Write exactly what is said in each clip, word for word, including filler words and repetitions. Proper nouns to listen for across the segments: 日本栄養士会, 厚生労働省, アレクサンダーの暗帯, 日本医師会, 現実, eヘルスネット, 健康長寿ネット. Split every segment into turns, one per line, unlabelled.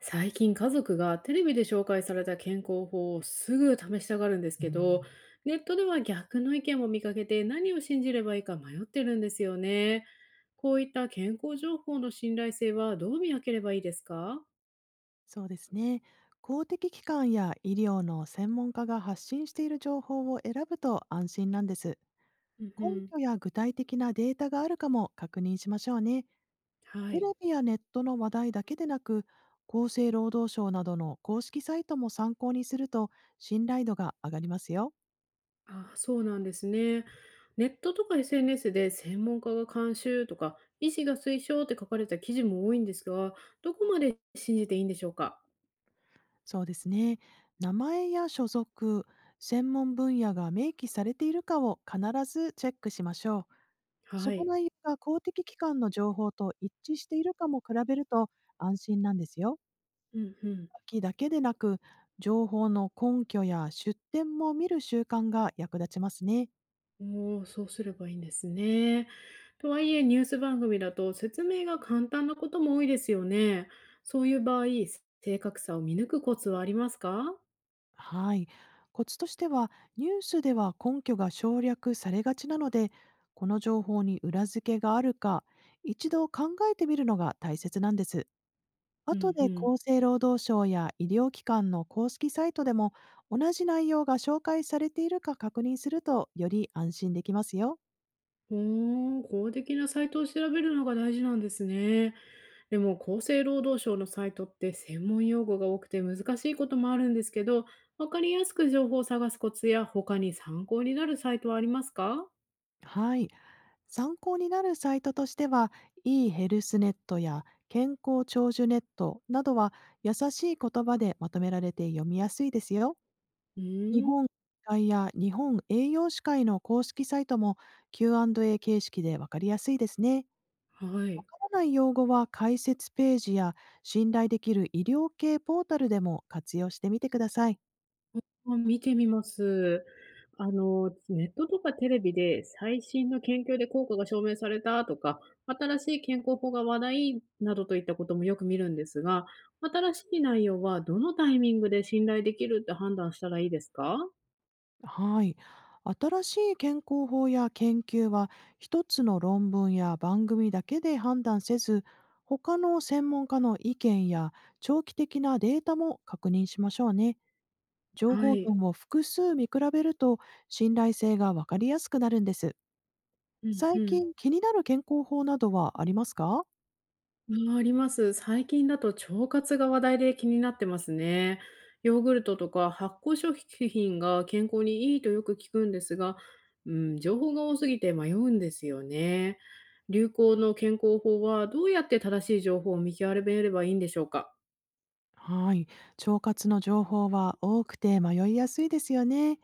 最近家族がテレビで紹介された健康法をすぐ試したがるんですうけど、んネットでは逆の意見も見かけて何を信じればいいか迷ってるんですよね。こういった健康情報の信頼性はどう見分ければいいですか？
そうですね。公的機関や医療の専門家が発信している情報を選ぶと安心なんです。
うんう
根
ん。
拠や具体的なデータがあるかも確認しましょうね。
は
テ
い。
レビやネットの話題だけでなく、厚生労働省などの公式サイトも参考にすると信頼度が上がりますよ。
あ、そうなんですね。ネットとか エスエヌエス で専門家が監修とか医師が推奨って書かれた記事も多いんですが、どこまで信じていいんでしょうか？
そうですね。名前や所属、専門分野が明記されているかを必ずチェックしましょう。そ
は
の
い。
内容が公的機関の情報と一致しているかも比べると安心なんですよ。
うんうん。
秋だけでなく、情報の根拠や出典も見る習慣が役立ちますね。
おお、そうすればいいんですね。とはいえ、ニュース番組だと説明が簡単なことも多いですよね。そういう場合、正確さを見抜くコツはありますか？
はい。コツとしては、ニュースでは根拠が省略されがちなので、この情報に裏付けがあるか、一度考えてみるのが大切なんです。
う
後
ん
で
う
厚
ん。
生労働省や医療機関の公式サイトでも同じ内容が紹介されているか確認するとより安心できますよ。
おお、公的なサイトを調べるのが大事なんですね。でも、厚生労働省のサイトって専門用語が多くて難しいこともあるんですけど、わかりやすく情報を探すコツや他に参考になるサイトはありますか？
はい。参考になるサイトとしては、e ヘルスネットや健康長寿ネットなどは優しい言葉でまとめられて読みやすいですよ。
う
日
ーん。
本医師会や日本栄養士会の公式サイトも キューアンドエー 形式でわかりやすいですね。
はい。
らない用語は解説ページや信頼できる医療系ポータルでも活用してみてください。
あ、見てみます。あの、ネットとかテレビで最新の研究で効果が証明されたとか、新しい健康法が話題などといったこともよく見るんですが、新しい内容はどのタイミングで信頼できるって判断したらいいですか？
はい。新しい健康法や研究は一つの論文や番組だけで判断せず、他の専門家の意見や長期的なデータも確認しましょうね。情
は
報
い。
源を複数見比べると信頼性がわかりやすくなるんです。
うん
最
うん。
近気になる健康法などはありますか？
ああ、ります。最近だと腸活が話題で気になってますね。ヨーグルトとか発酵食品が健康にいいとよく聞くんですが、うん、情報が多すぎて迷うんですよね。流行の健康法はどうやって正しい情報を見極めればいいんでしょうか。
はい。腸活の情報は多くて迷いやすいですよね。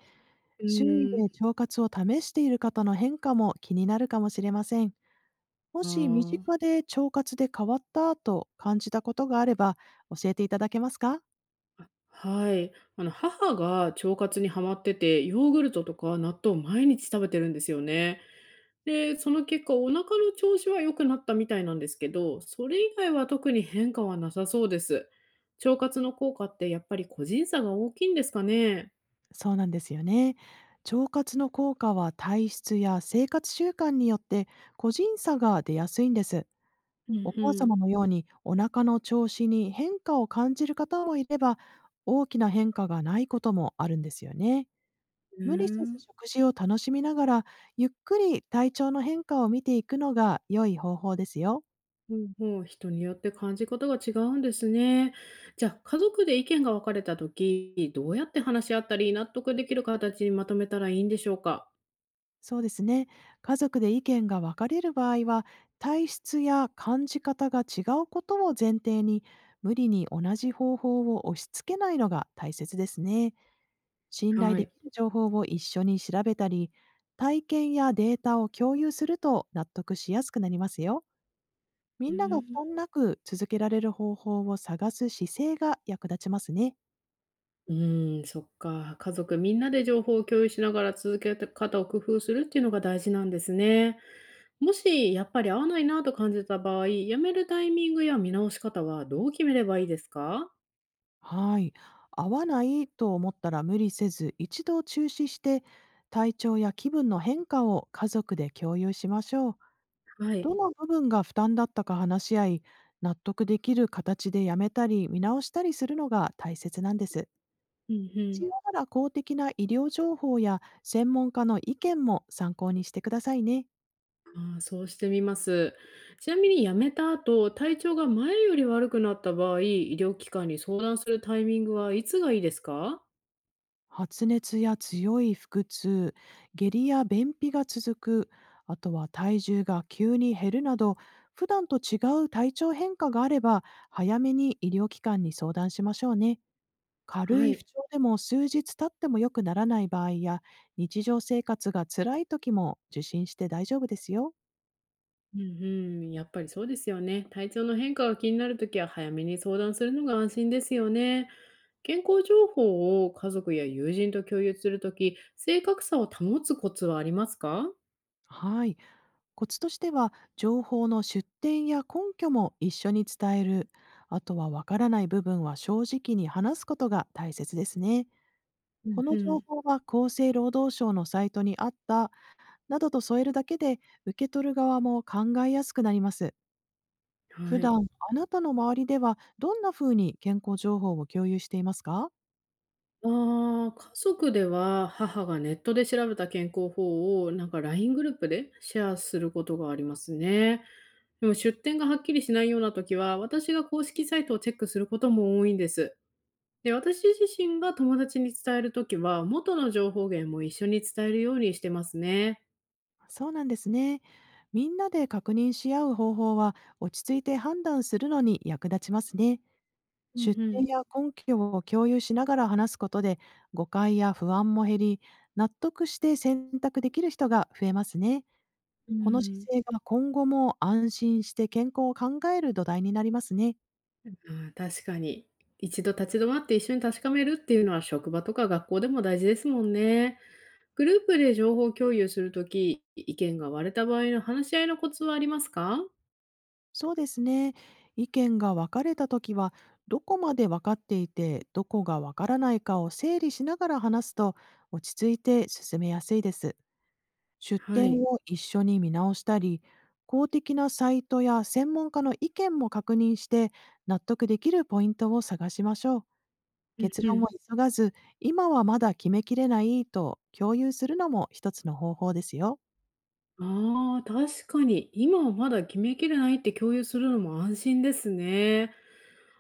う
周囲
ー
で
ん。
腸活を試している方の変化も気になるかもしれません。も
あ
し身近
あ、
で腸活で変わったと感じたことがあれば教えていただけますか？
はい。あの、母が腸活にハマってて、ヨーグルトとか納豆を毎日食べてるんですよね。で、その結果、お腹の調子は良くなったみたいなんですけど、それ以外は特に変化はなさそうです。腸活の効果ってやっぱり個人差が大きいんですかね。
そうなんですよね。腸活の効果は体質や生活習慣によって個人差が出やすいんです。
うんう
お母様
ん。
のようにお腹の調子に変化を感じる方もいれば、大きな変化がないこともあるんですよね。無理せず
ね
食事を楽しみながら、ゆっくり体調の変化を見ていくのが良い方法ですよ。
え、うんうん、人によって感じ方が違うんですね。じゃあ、家族で意見が分かれた時、どうやって話し合ったり、納得できる形にまとめたらいいんでしょうか？
そうですね。家族で意見が分かれる場合は、体質や感じ方が違うことを前提に、無理に同じ方法を押し付けないのが大切ですね。信頼
は
でき
い。
る情報を一緒に調べたり、体験やデータを共有すると納得しやすくなりますよ。み
う
んなが負
ん。
担なく続けられる方法を探す姿勢が役立ちますね。
うん、そっか。家族みんなで情報を共有しながら続け方を工夫するっていうのが大事なんですね。もしやっぱり合わないなと感じた場合、辞めるタイミングや見直し方はどう決めればいいですか？
はい。合わないと思ったら無理せず、一度中止して、体調や気分の変化を家族で共有しましょう。
はい。
どの部分が負担だったか話し合い、納得できる形でやめたり、見直したりするのが大切なんです。
うんう
必要
ん。
なら公的な医療情報や専門家の意見も参考にしてくださいね。
ああ、そうしてみます。ちなみに辞めた後、体調が前より悪くなった場合、医療機関に相談するタイミングはいつがいいですか？
発熱や強い腹痛、下痢や便秘が続く、あとは体重が急に減るなど、普段と違う体調変化があれば、早めに医療機関に相談しましょうね。軽
は
い不
い。
調でも数日経っても良くならない場合や、日常生活が辛い時も受診して大丈夫ですよ。
うんうん、やっぱりそうですよね。体調の変化が気になるときは早めに相談するのが安心ですよね。健康情報を家族や友人と共有するとき、正確さを保つコツはありますか？
はい。コツとしては、情報の出典や根拠も一緒に伝える。あとはわからない部分は正直に話すことが大切ですね。
うん
この
う
情
ん。
報は厚生労働省のサイトにあった、などと添えるだけで、受け取る側も考えやすくなります。普
はい。
段、あなたの周りではどんなふうに健康情報を共有していますか？
ああ、家族では母がネットで調べた健康法をなんか ライン グループでシェアすることがありますね。でも出典がはっきりしないような時は私が公式サイトをチェックすることも多いんです。で、私自身が友達に伝えるときは元の情報源も一緒に伝えるようにしてますね。
そうなんですね。みんなで確認し合う方法は、落ち着いて判断するのに役立ちますね。
うんう
出典
ん、
や根拠を共有しながら話すことで、誤解や不安も減り、納得して選択できる人が増えますね。
う
この姿
ん。
勢が今後も安心して健康を考える土台になりますね。
あー、確かに。一度立ち止まって一緒に確かめるっていうのは職場とか学校でも大事ですもんね。グループで情報共有するとき、意見が割れた場合の話し合いのコツはありますか？
そうですね。意見が分かれたときは、どこまで分かっていて、どこが分からないかを整理しながら話すと、落ち着いて進めやすいです。出
は
典
い。
を一緒に見直したり、公的なサイトや専門家の意見も確認して、納得できるポイントを探しましょう。
うん
結
う
論を
ん。
急がず、今はまだ決めきれないと共有するのも一つの方法ですよ。
ああ、確かに、今はまだ決めきれないって共有するのも安心ですね。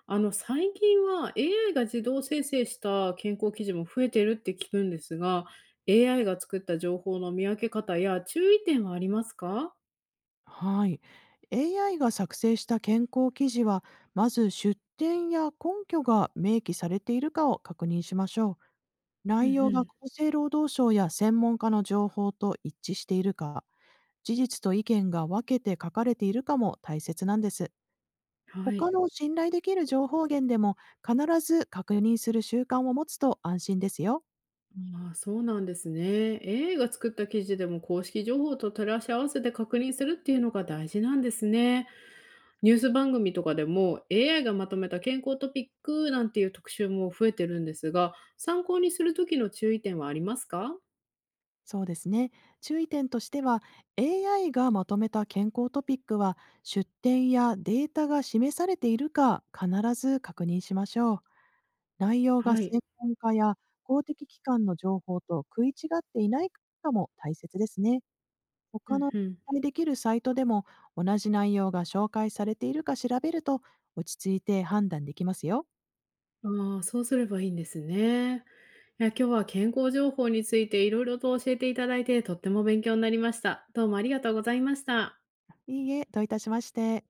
あの、最近は エーアイ が自動生成した健康記事も増えてるって聞くんですが、エーアイ が作った情報の見分け方や注意点はありますか？
はい。エーアイ が作成した健康記事は、まず出典や根拠が明記されているかを確認しましょう。
うん
内容が厚
う
生労働省や専門家の情報と一致しているか、事実と意見が分けて書かれているかも大切なんです。
ん。はい。
他の信頼できる情報源でも必ず確認する習慣を持つと安心ですよ。
ああ、そうなんですね。エーアイ が作った記事でも公式情報と照らし合わせて確認するっていうのが大事なんですね。ニュース番組とかでも エーアイ がまとめた健康トピックなんていう特集も増えてるんですが、参考にする時の注意点はありますか？
そうですね。注意点としては、 エーアイ がまとめた健康トピックは出典やデータが示されているか必ず確認しましょう。内容が
はい。
専門家や公的機関の情報と食い違っていないかも大切ですね。
うん
他の
うん。
信頼できるサイトでも同じ内容が紹介されているか調べると落ち着いて判断できますよ。
ああ、そうすればいいんですね。いや、今日は健康情報についていろいろと教えていただいてとっても勉強になりました。どうもありがとうございました。
いいえ、どういたしまして。